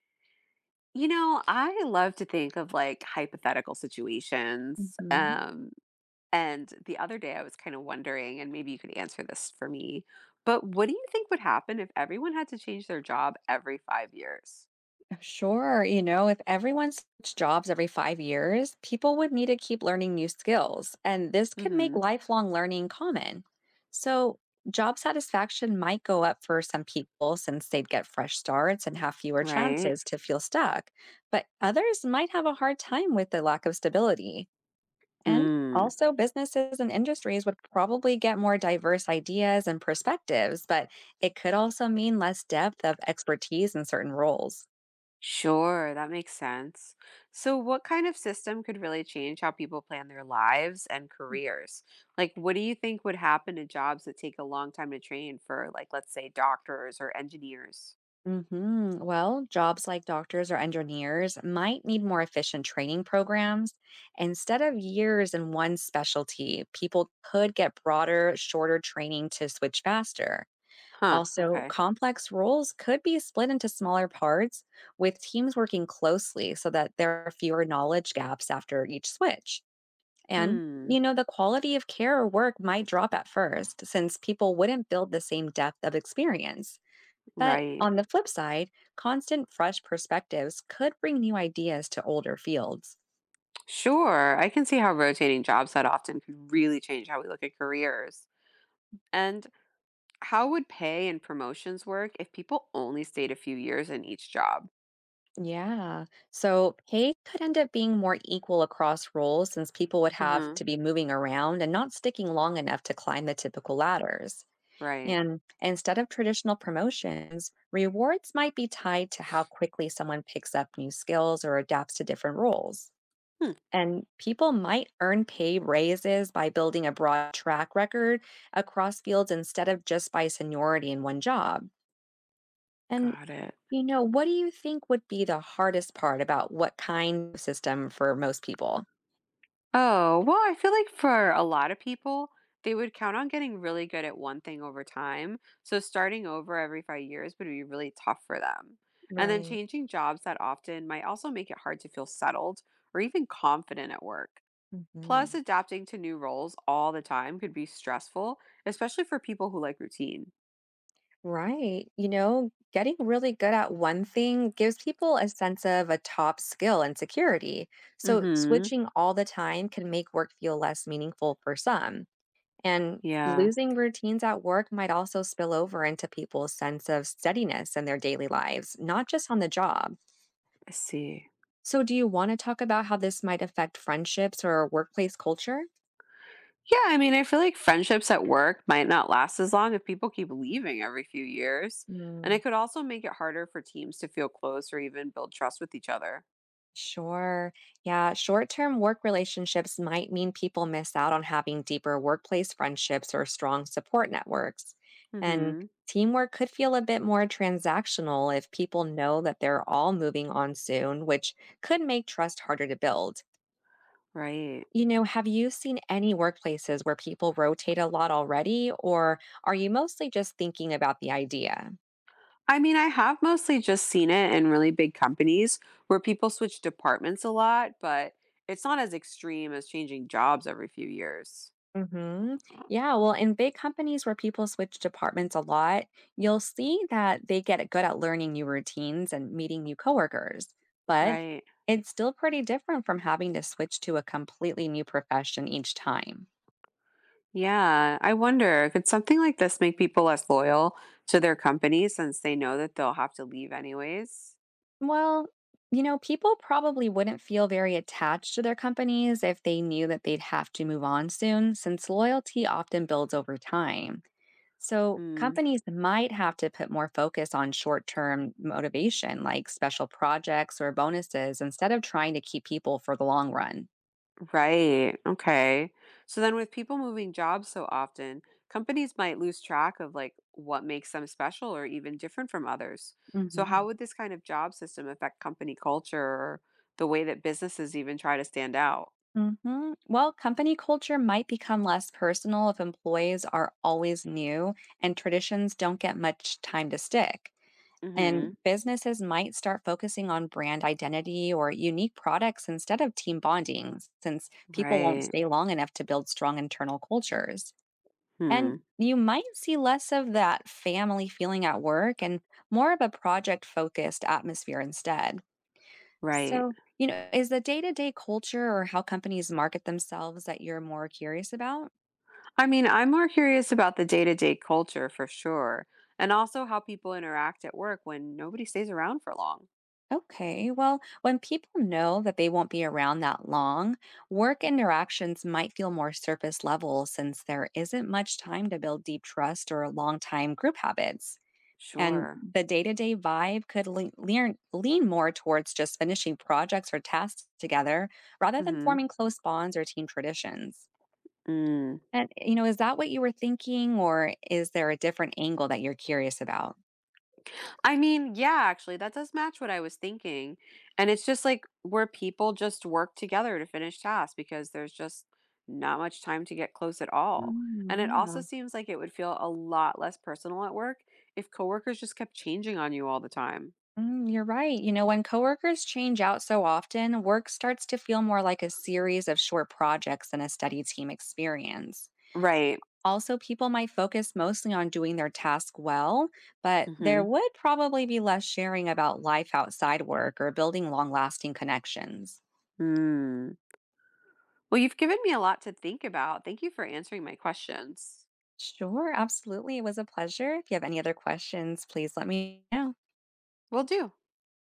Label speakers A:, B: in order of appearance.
A: You know, I love to think of like hypothetical situations.
B: Mhm.
A: And the other day I was kind of wondering, and maybe you could answer this for me, but what do you think would happen if everyone had to change their job every 5 years?
B: Sure, you know, if everyone switched jobs every 5 years, people would need to keep learning new skills, and this could make
A: Mm-hmm.
B: lifelong learning common. So, job satisfaction might go up for some people since they'd get fresh starts and have fewer
A: Right?
B: chances to feel stuck, but others might have a hard time with the lack of stability. And
A: Mm.
B: also, businesses and industries would probably get more diverse ideas and perspectives, but it could also mean less depth of expertise in certain roles.
A: Sure, that makes sense. So, what kind of system could really change how people plan their lives and careers? Like, what do you think would happen to jobs that take a long time to train for, like, let's say doctors or engineers?
B: Well, jobs like doctors or engineers might need more efficient training programs. Instead of years in one specialty, people could get broader, shorter training to switch faster.
A: Huh,
B: Also,
A: okay.
B: complex roles could be split into smaller parts with teams working closely so that there are fewer knowledge gaps after each switch. And,
A: Hmm,
B: you know, the quality of care or work might drop at first since people wouldn't build the same depth of experience. But
A: right.
B: on the flip side, constant fresh perspectives could bring new ideas to older fields.
A: Sure. I can see how rotating jobs that often can really change how we look at careers. And how would pay and promotions work if people only stayed a few years in each job?
B: Yeah. So pay could end up being more equal across roles since people would have
A: Mm-hmm.
B: to be moving around and not sticking long enough to climb the typical ladders.
A: Right.
B: And instead of traditional promotions, rewards might be tied to how quickly someone picks up new skills or adapts to different roles.
A: Hmm,
B: And people might earn pay raises by building a broad track record across fields instead of just by seniority in one job. And,
A: got it.
B: you know, what do you think would be the hardest part about what kind of system for most people?
A: Oh, well, I feel like for a lot of people, they would count on getting really good at one thing over time. So starting over every 5 years would be really tough for them. And then
B: Right.
A: changing jobs that often might also make it hard to feel settled or even confident at work. Plus,
B: Hmm.
A: adapting to new roles all the time could be stressful, especially for people who like routine.
B: Right. You know, getting really good at one thing gives people a sense of a top skill and security. So
A: Mhm.
B: switching all the time can make work feel less meaningful for some. And
A: Yeah,
B: losing routines at work might also spill over into people's sense of steadiness in their daily lives, not just on the job.
A: I see.
B: So, do you want to talk about how this might affect friendships or workplace culture?
A: Yeah, I mean, I feel like friendships at work might not last as long if people keep leaving every few years, and
B: Mm,
A: it could also make it harder for teams to feel close or even build trust with each other.
B: sure. Yeah. Short term work relationships might mean people miss out on having deeper workplace friendships or strong support networks. And
A: Mhm.
B: teamwork could feel a bit more transactional if people know that they're all moving on soon, which could make trust harder to build.
A: Right.
B: You know, have you seen any workplaces where people rotate a lot already, or are you mostly just thinking about the idea?
A: I mean, I have mostly just seen it in really big companies where people switch departments a lot, but it's not as extreme as changing jobs every few years.
B: hmm Yeah, well, in big companies where people switch departments a lot, you'll see that they get good at learning new routines and meeting new coworkers. But
A: Right.
B: it's still pretty different from having to switch to a completely new profession each time.
A: Yeah, I wonder, could something like this make people less loyal to their company since they know that they'll have to leave anyways?
B: Well, you know, people probably wouldn't feel very attached to their companies if they knew that they'd have to move on soon, since loyalty often builds over time. So,
A: Mm,
B: companies might have to put more focus on short term motivation, like special projects or bonuses, instead of trying to keep people for the long run.
A: right. Okay. So then with people moving jobs so often, companies might lose track of like what makes them special or even different from others. So how
B: hmm
A: would this kind of job system affect company culture or the way that businesses even try to stand out?
B: Well, company culture might become less personal if employees are always new and traditions don't get much time to stick. And
A: Mhm.
B: businesses might start focusing on brand identity or unique products instead of team bonding, since people won't
A: Right.
B: stay long enough to build strong internal cultures.
A: Hmm.
B: And you might see less of that family feeling at work and more of a project focused atmosphere instead.
A: Right.
B: So, you know, is the day to day culture or how companies market themselves that you're more curious about?
A: I mean, I'm more curious about the day-to-day culture for sure, and also how people interact at work when nobody stays around for long.
B: Okay, well, when people know that they won't be around that long, work interactions might feel more surface level since there isn't much time to build deep trust or long time group habits. And
A: Sure.
B: the day to day vibe could lean more towards just finishing projects or tasks together rather than
A: Mhm.
B: forming close bonds or team traditions.
A: Mm.
B: And, you know, is that what you were thinking, or is there a different angle that you're curious about?
A: I mean, yeah, actually, that does match what I was thinking. And it's just like where people just work together to finish tasks because there's just not much time to get close at all.
B: Mm,
A: And it also
B: yeah.
A: seems like it would feel a lot less personal at work if coworkers just kept changing on you all the time.
B: Mm, you're right. You know, when coworkers change out so often, work starts to feel more like a series of short projects than a steady team experience.
A: Right.
B: Also, people might focus mostly on doing their task well, but there
A: Mhm.
B: would probably be less sharing about life outside work or building long lasting connections.
A: Mm. Well, you've given me a lot to think about. Thank you for answering my questions.
B: Sure, absolutely. It was a pleasure. If you have any other questions, please let me know.
A: Will do.